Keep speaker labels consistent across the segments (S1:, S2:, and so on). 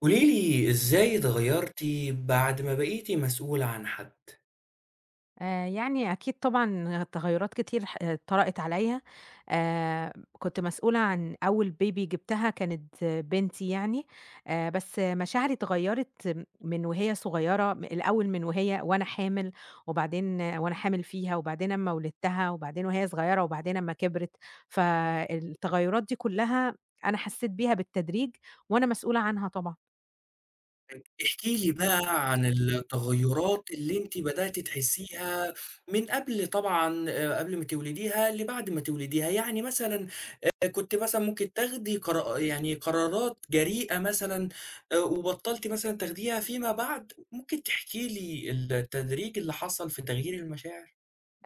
S1: قوليلي إزاي اتغيّرتِ بعد ما بقيتِ مسؤولة عن حد؟
S2: يعني أكيد طبعًا تغيُّرات كتير ح آه، طرأت عليّا. آآ كنت مسؤولة عن أول بيبي جِبتها كانت بنتي يعني. بس مشاعري اتغيّرت من وهي صغيرة، م الأول من وهي وأنا حامل، وبعدين وأنا حامل فيها، وبعدين أمّا ولدتها، وبعدين وهي صغيرة، وبعدين أمّا كبرت، فالتغيُّرات دي كلّها أنا حسّيت بيها بالتدريج، وأنا مسؤولة عنها طبعًا.
S1: احكي لي بقى عن التغيُّرات اللي أنتِ بدأتِ تحسّيها من قبل طبعًا قبل ما تولديها لبعد ما تولديها، يعني مثلًا كنتِ مثلًا ممكن تاخدي قرارات جريئة مثلًا وبطّلتِ مثلًا تاخديها فيما بعد، ممكن تحكي لي التدريج اللي حصل في تغيير المشاعر؟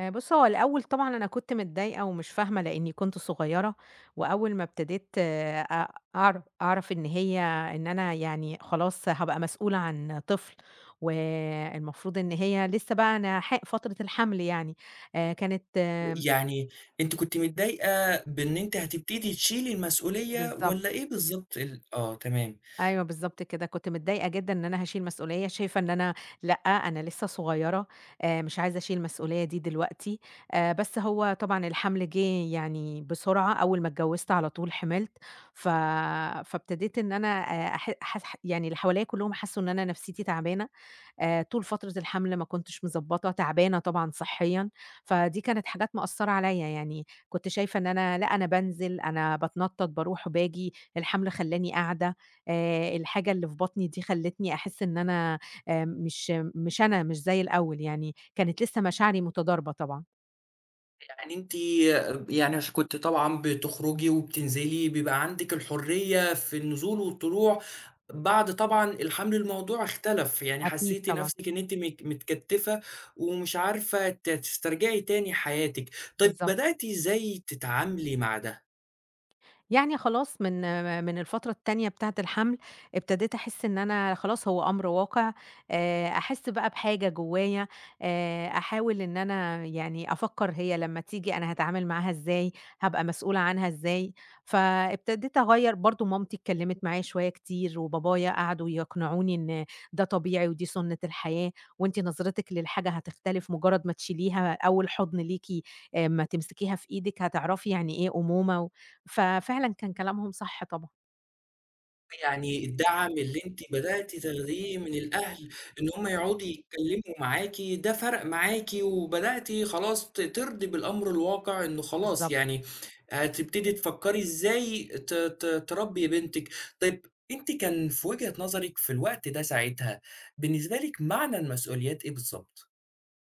S2: بُص، هو الأول طبعًا أنا كنت متضايقة ومش فاهمة لإنّي كنت صغيّرة، وأول ما ابتديت أ أعر أعرف إن أنا يعني خلاص هابقى مسؤولة عن طفل، والمفروض إن هي لسه بقى أنا فترة الحمل يعني، كانت
S1: يعني أنتِ كنتِ متضايقة بإن أنتِ هتبتدي تشيلي المسؤولية
S2: بالضبط.
S1: والّا إيه بالضبط ال آه تمام،
S2: أيوه بالضبط كده، كنت متضايقة جدًا إن أنا هاشيل مسؤولية، شايفة إن أنا لأ، أنا لسه صغيرة. مش عايزة أشيل المسؤولية دي دلوقتي. بس هو طبعًا الحمل جِه يعني بسرعة، أول ما اتجوزت على طول حملت، ف فابتديت إن أنا أح أح يعني اللي حواليّا كلّهم حسّوا إن أنا نفسيتي تعبانة. طول فترة الحمل ما كنتش مضبّطة، تعبانة طبعًا صحيًا، فدي كانت حاجات مأثّرة عليَّ يعني، كنت شايفة إن أنا لأ أنا بانزل، أنا باتنطّط، باروح وباجي، الحمل خلّاني قاعدة. الحاجة اللي في بطني دي خلّتني أحس إن أنا مش أنا، مش زي الأول يعني، كانت لسه مشاعري متضاربة طبعًا.
S1: يعني أنتِ يعني عشان كنتِ طبعًا بتخرجي وبتنزلي بيبقى عندِك الحرية في النزول والطلوع، بعد طبعًا الحمل الموضوع اختلف، يعني
S2: أكيد
S1: حسيتِ
S2: طبعًا،
S1: نفسِك إن أنتِ متكتفة ومش عارفة تسترجعي تاني حياتِك، طيب
S2: بالضبط.
S1: بدأتِ إزاي تتعاملي مع ده؟
S2: يعني خلاص من الفترة التانية بتاعة الحمل، ابتديت أحس إن أنا خلاص هو أمر واقع. أحس بقى بحاجة جوايا. أحاول إن أنا يعني أفكّر هي لمّا تيجي أنا هاتعامل معاها إزاي، هابقى مسؤولة عنها إزاي، فابتديت أغيّر برضه مامتي اتكلّمت معايا شوية كتير، وبابايا قعدوا يقنعوني إن ده طبيعي ودي سُنّة الحياة، وأنتِ نظرتِك للحاجة هتختلف مجرّد ما تشيليها أول حُضن ليكِ. أمّا تمسكيها في إيدِك هتعرفي يعني إيه أمومة. ففعلًا كان كلامهم صح طبعًا.
S1: يعني الدعم اللي أنتِ بدأتِ تاخديه من الأهل، إن هم يقعدوا يتكلموا معاكِ، ده فرق معاكِ وبدأتِ خلاص ترضي بالأمر الواقع إنه خلاص
S2: بالضبط.
S1: يعني هتبتدي تفكّري إزاي ت ت تربّي بنتِك. طيب أنتِ كان في وجهة نظرِك في الوقت ده ساعتها، بالنسبة لِك معنى المسؤوليات إيه بالضبط؟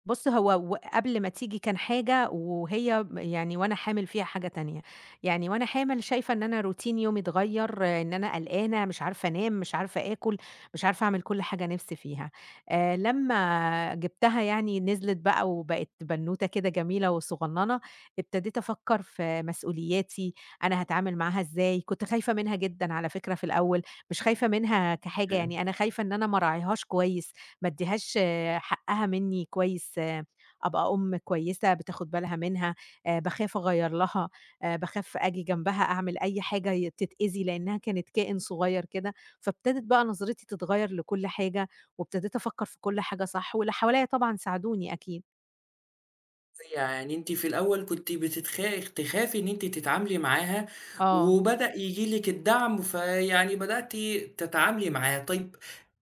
S2: بُص، هو قبل ما تيجي كان حاجة وهي يعني وأنا حامل فيها حاجة تانية، يعني وأنا حامل شايفة إن أنا روتين يومي اتغيّر، إن أنا قلقانة، مش عارفة أنام، مش عارفة آكل، مش عارفة أعمل كل حاجة نِفْسي فيها. لمّا جِبتها يعني نزلت بقى وبقت بنوتة كده جميلة وصغننة، ابتديت أفكّر في مسؤولياتي، أنا هاتعامل معاها إزاي، كنت خايفة منها جدًا على فكرة في الأول، مش خايفة منها كحاجة يعني أنا خايفة إن أنا ما أراعيهاش كويس، ما ادّيهاش حقّها منّي كويس. أبقى أم كويسة بتاخد بالها منها. باخاف أغيّر لها. باخاف آجي جنبها أعمل أي حاجة تتأذي، لإنّها كانت كائن صغيّر كده، فابتدت بقى نظرتي تتغيّر لكل حاجة، وابتديت أفكّر في كل حاجة صح، واللي حواليّا طبعًا ساعدوني أكيد.
S1: يعني أنتِ في الأول كنتِ تخافي إن أنتِ تتعاملي معاها،
S2: آه،
S1: وبدأ ييجي لِك الدعم، فيعني بدأتِ تتعاملي معاه. طيب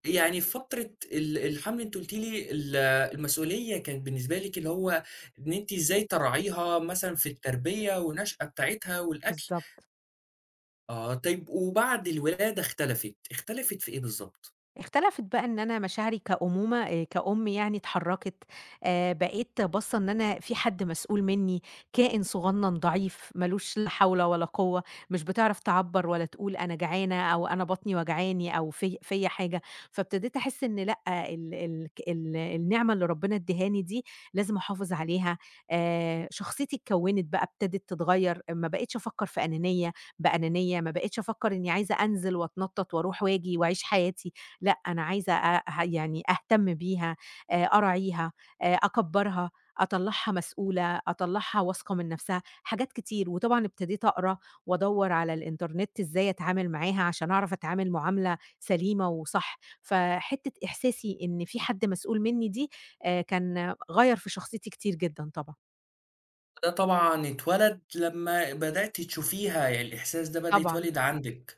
S1: يعني في فترة الحمل أنتِ قلتِ لي المسؤولية كانت بالنسبة لِك اللي هو إن أنتِ إزاي تراعيها مثلًا في التربية والنشأة بتاعتها والأكل.
S2: بالضبط.
S1: آه، طيب وبعد الولادة اختلفت، اختلفت في إيه بالضبط؟
S2: اختلفت بقى إن أنا مشاعري كأمومة كأم يعني اتحرّكت. بقيت باصّة إن أنا في حد مسؤول منّي، كائن صغنّن ضعيف ما لوش لا حول ولا قوة، مش بتعرف تعبّر ولا تقول أنا جعانة أو أنا بطني وجعاني أو في فيّا حاجة، فابتديت أحس إن لأ، ال ال ك ال النعمة اللي ربنا ادّهاني دي لازم أحافظ عليها. شخصيتي اتكوّنت بقى ابتدت تتغيّر، ما بقيتش أفكّر في أنانية بأنانية، ما بقيتش أفكّر إنّي عايزة أنزل وأتنطّط وأروح وآجي وأعيش حياتي. لأ، أنا عايزة أ ه يعني أهتم بيها. أراعيها. أكبّرها، أطلّعها مسؤولة، أطلّعها واثقة من نَفْسها، حاجات كتير. وطبعًا ابتديت أقرا وأدوّر على الإنترنت إزاي أتعامل معاها عشان أعرف أتعامل معاملة سليمة وصح. فحتّة إحساسي إن في حد مسؤول منّي دي كان غيّر في شخصيتي كتير جدًا طبعًا.
S1: ده طبعًا اتولد لمّا بدأتِ تشوفيها، يعني الإحساس ده بدأ
S2: طبعًا.
S1: يتولد عندِك.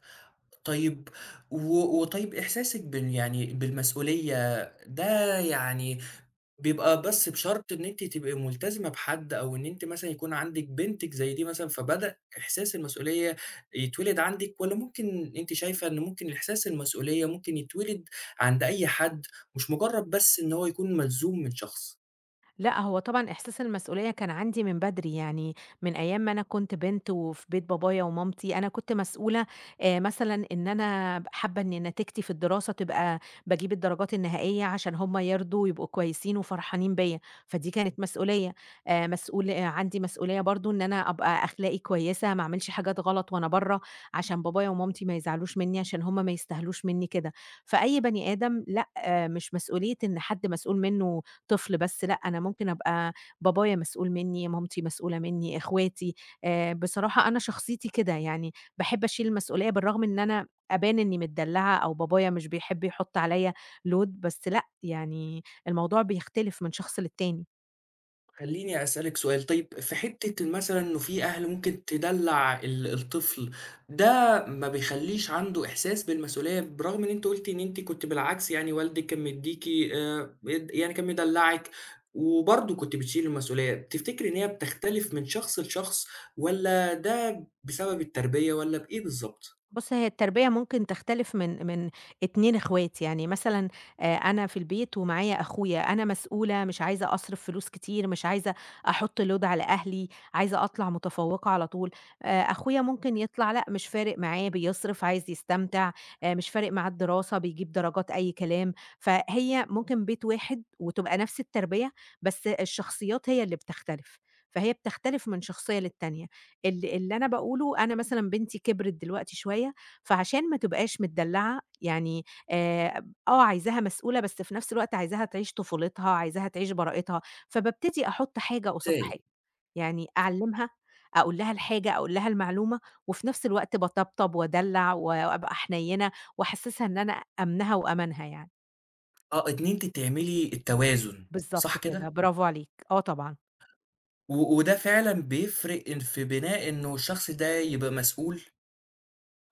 S1: طيب و وطيب إحساسِك يعني بالمسؤولية ده يعني بيبقى بس بشرط إن أنتِ تبقي ملتزمة بحد أو إن أنتِ مثلًا يكون عندِك بنتِك زي دي مثلًا فبدأ إحساس المسؤولية يتولد عندِك والّا ممكن أنتِ شايفة إن ممكن إحساس المسؤولية ممكن يتولد عند أي حد، مش مجرد بس إن هو يكون ملزوم من شخص؟
S2: لأ، هو طبعًا إحساس المسؤولية كان عندي من بدري، يعني من أيام ما أنا كنت بنت وفي بيت بابايا ومامتي، أنا كنت مسؤولة مثلًا إن أنا حابة إن نتيجتي في الدراسة تبقى باجيب الدرجات النهائية عشان هُم يرضوا ويبقوا كويسين وفرحانين بيّا، فدي كانت مسؤولية. مسؤول آه، عندي مسؤولية برضه إن أنا أبقى أخلاقي كويسة، ما أعملش حاجات غلط وأنا برّه، عشان بابايا ومامتي ما يزعلوش منّي، عشان هُم ما يستاهلوش منّي كده. فأي بني آدم لأ، مش مسؤولية إن حد مسؤول منّه طفل بس، لأ أنا ممكن أبقى بابايا مسؤول منّي، مامتي مسؤولة منّي، إخواتي. بصراحة أنا شخصيتي كده، يعني باحب أشيل المسؤولية بالرغم إن أنا أبان إنّي متدلّعة أو بابايا مش بيحب يحُط عليّا load بس لأ، يعني الموضوع بيختلف من شخص للتاني.
S1: خلّيني أسألِك سؤال، طيب في حتّة مثلًا إنه في أهل ممكن تدلّع الطفل، ده ما بيخلّيش عنده إحساس بالمسؤولية برغم إن أنتِ قُلتِ إن أنتِ كنتِ بالعكس يعني والدِك كان مدّيكِ بيد يعني كان مدلّعِك وبرضه كنتِ بتشيلي المسؤولية، تفتكري إن هي بتختلف من شخص لشخص والّا ده بسبب التربية والّا بإيه بالضبط؟
S2: بُص، هي التربية ممكن تختلف من 2 إخوات، يعني مثلًا أنا في البيت ومعايا أخويا، أنا مسؤولة مش عايزة أصرف فلوس كتير، مش عايزة أحُط load على أهلي، عايزة أطلع متفوقة على طول. أخويا ممكن يطلع لأ، مش فارق معاه، بيصرف، عايز يستمتع. مش فارق معاه الدراسة، بيجيب درجات أي كلام، فهي ممكن بيت واحد وتبقى نفس التربية، بس الشخصيات هي اللي بتختلف، فهي بتختلف من شخصية للتانية. اللي أنا باقوله أنا مثلًا بنتي كبرت دلوقتي شوية، فعشان ما تبقاش متدلّعة، يعني ب آه، عايزاها مسؤولة، بس في نفس الوقت عايزاها تعيش طفولتها، عايزاها تعيش براءتها، فبابتدي أحُط حاجة قصاد حاجة،
S1: إزاي؟
S2: يعني أعلّمها، أقول لها الحاجة، أقول لها المعلومة، وفي نفس الوقت باطبطب وادلّع وابقى حنيّنة، واحسسها إن أنا أمنها وأمانها يعني.
S1: آه، إن أنتِ تعملي التوازن صح
S2: بالضبط كده،
S1: كده؟
S2: برافو عليك، آه طبعًا.
S1: وده فعلًا بيفرق إن في بناء إنه الشخص ده يبقى مسؤول؟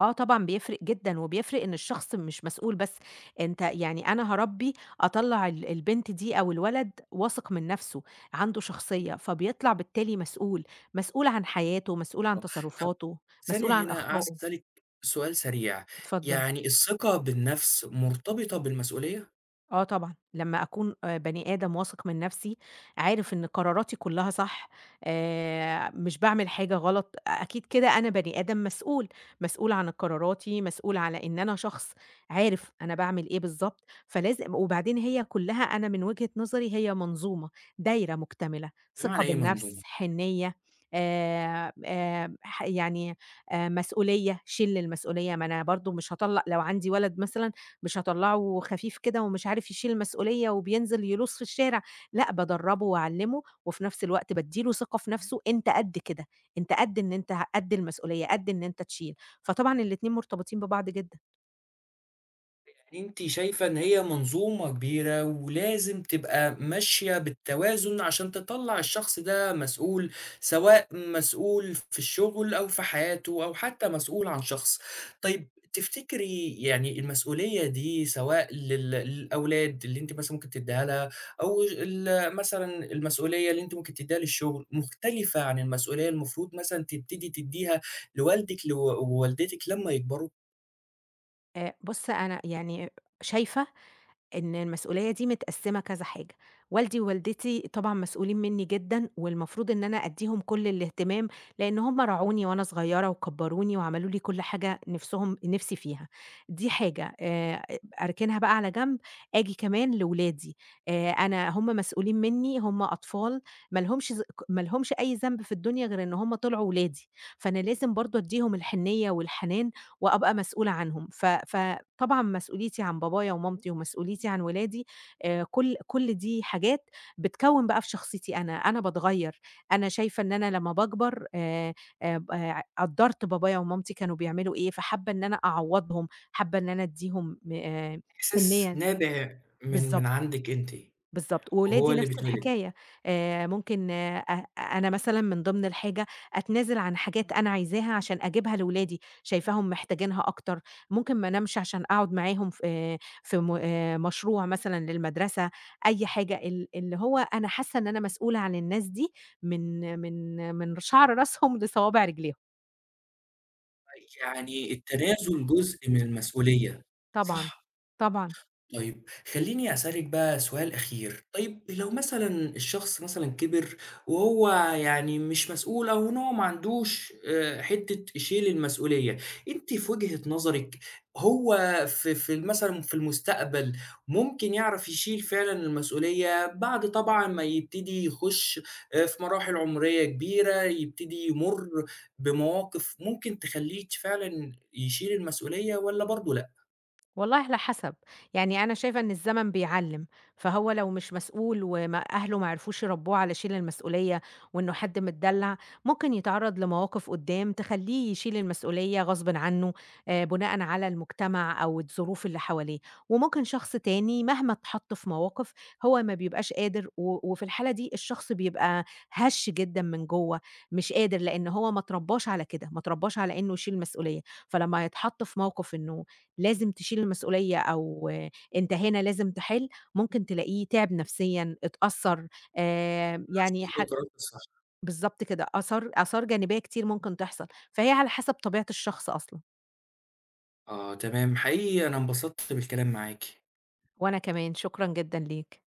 S2: آه طبعًا بيفرق جدًا، وبيفرق إن الشخص مش مسؤول بس، أنت يعني أنا هاربّي أطلّع البنت دي أو الولد واثق من نَفْسه، عنده شخصية، فبيطلع بالتالي مسؤول، مسؤول عن حياته، مسؤول عن
S1: آه، طب
S2: تصرفاته،
S1: ثانية
S2: مسؤول عن
S1: هنا عايز
S2: أخطائه.
S1: أسألِك سؤال سريع،
S2: اتفضل.
S1: يعني الثقة بالنفس مرتبطة بالمسؤولية؟
S2: آه طبعًا، لمّا أكون بني آدم واثق من نفسي، عارف إن قراراتي كلّها صح. مش باعمل حاجة غلط، أكيد كده أنا بني آدم مسؤول، مسؤول عن قراراتي، مسؤول على إن أنا شخص عارف أنا باعمل إيه بالضبط، فلازم وبعدين هي كلّها أنا من وجهة نظري هي منظومة، دايرة مكتملة، ثقة
S1: بمعنى إيه منظور؟
S2: بالنفس، حنيّة. ح يعني مسؤولية، شيل المسؤولية، ما أنا برضه مش هاطلّق لو عندي ولد مثلًا مش هاطلّعه خفيف كده ومش عارف يشيل المسؤولية وبينزل يلوص في الشارع، لأ بادرّبه واعلّمه، وفي نفس الوقت بادّي له ثقة في نفسه أنت قد كده، أنت قد إن أنت قد المسؤولية، قد إن أنت تشيل، فطبعًا الاتنين مرتبطين ببعض جدًا.
S1: أنتِ شايفة إن هي منظومة كبيرة ولازم تبقى ماشية بالتوازن عشان تطلّع الشخص ده مسؤول، سواء مسؤول في الشغل أو في حياته أو حتى مسؤول عن شخص. طيب تفتكري يعني المسؤولية دي سواء للأولاد اللي أنتِ مثلًا ممكن تدّيها لها أو مثلًا المسؤولية اللي أنتِ ممكن تدّيها للشغل، مختلفة عن المسؤولية المفروض مثلًا تبتدي تدّيها لوالدِك لو ووالدتِك لمّا يكبروا؟
S2: بُص أنا يعني شايفة إن المسؤولية دي متقسّمة كذا حاجة، والدي ووالدتي طبعًا مسؤولين منّي جدًا، والمفروض إن أنا أدّيهم كل الاهتمام، لإن هُم رعوني وأنا صغيّرة وكبّروني وعملوا لي كل حاجة نِفسهم نِفسي فيها، دي حاجة أركنها بقى على جنب، آجي كمان لولادي. أنا هُم مسؤولين منّي، هُم أطفال ما لهمش أي ذنب في الدنيا غير إن هُم طلعوا ولادي، فأنا لازم برضه أدّيهم الحنيّة والحنان وأبقى مسؤولة عنهم. فطبعًا مسؤوليتي عن بابايا ومامتي ومسؤوليتي عن ولادي كل دي حاجات بتكوّن بقى في شخصيتي أنا، أنا باتغيّر، أنا شايفة إن أنا لمّا باكبر ب قدّرت بابايا ومامتي كانوا بيعملوا إيه، فحابة إن أنا أعوّضهم، حابة إن أنا أدّيهم م
S1: إحساس
S2: حنيّة.
S1: نابع من
S2: بالضبط.
S1: عندِك أنتِ،
S2: بالضبط،
S1: وهو
S2: وولادي
S1: اللي
S2: نفس
S1: بيتولد،
S2: الحكاية. ممكن أنا مثلًا من ضمن الحاجة أتنازل عن حاجات أنا عايزاها عشان أجيبها لولادي، شايفاهم محتاجينها أكتر، ممكن ما انامش عشان أقعد معاهم في في م مشروع مثلًا للمدرسة، أي حاجة اللي هو أنا حاسة إن أنا مسؤولة عن الناس دي من شعر راسهم لصوابع رجليهم.
S1: يعني التنازل جزء من المسؤولية،
S2: طبعًا،
S1: صح؟
S2: طبعًا.
S1: طيب خلّيني أسألِك بقى سؤال أخير، طيب لو مثلًا الشخص مثلًا كبر وهو يعني مش مسؤول أو إن هو ما عندوش حتّة يشيل المسؤولية، أنتِ في وجهة نظرِك هو في مثلًا في المستقبل ممكن يعرف يشيل فعلًا المسؤولية بعد طبعًا ما يبتدي يخش في مراحل عمرية كبيرة، يبتدي يمُر بمواقف ممكن تخلّيه فعلًا يشيل المسؤولية والّا برضه لأ؟
S2: والله على حسب، يعني أنا شايفة إن الزمن بيعلِّم، فهو لو مش مسؤول وما أهله ما عرفوش يربّوه على شيل المسؤولية وإنه حد متدلّع، ممكن يتعرّض لمواقف قُدّام تخلّيه يشيل المسؤولية غصبٍ عنّه، بُناءً على المجتمع أو الظروف اللي حواليه، وممكن شخص تاني مهما اتحَط في مواقف هو ما بيبقاش قادر وفي الحالة دي الشخص بيبقى هَشّ جدًا من جوّه، مش قادر لإن هو ما اتربّاش على كده، ما اتربّاش على إنه يشيل مسؤولية، فلمّا هيتحَط في موقف إنه لازم تشيل المسؤولية أو أنت هنا لازم تحِل، ممكن تلاقيه تعب نفسيًا، اتأثّر. يعني
S1: شايف القرار ده صح؟
S2: بالضبط كده، آثار جانبية كتير ممكن تحصل، فهي على حسب طبيعة الشخص أصلًا.
S1: آه تمام حقيقي أنا انبسطت بالكلام معاكِ.
S2: وأنا كمان، شكرًا جدًا ليك.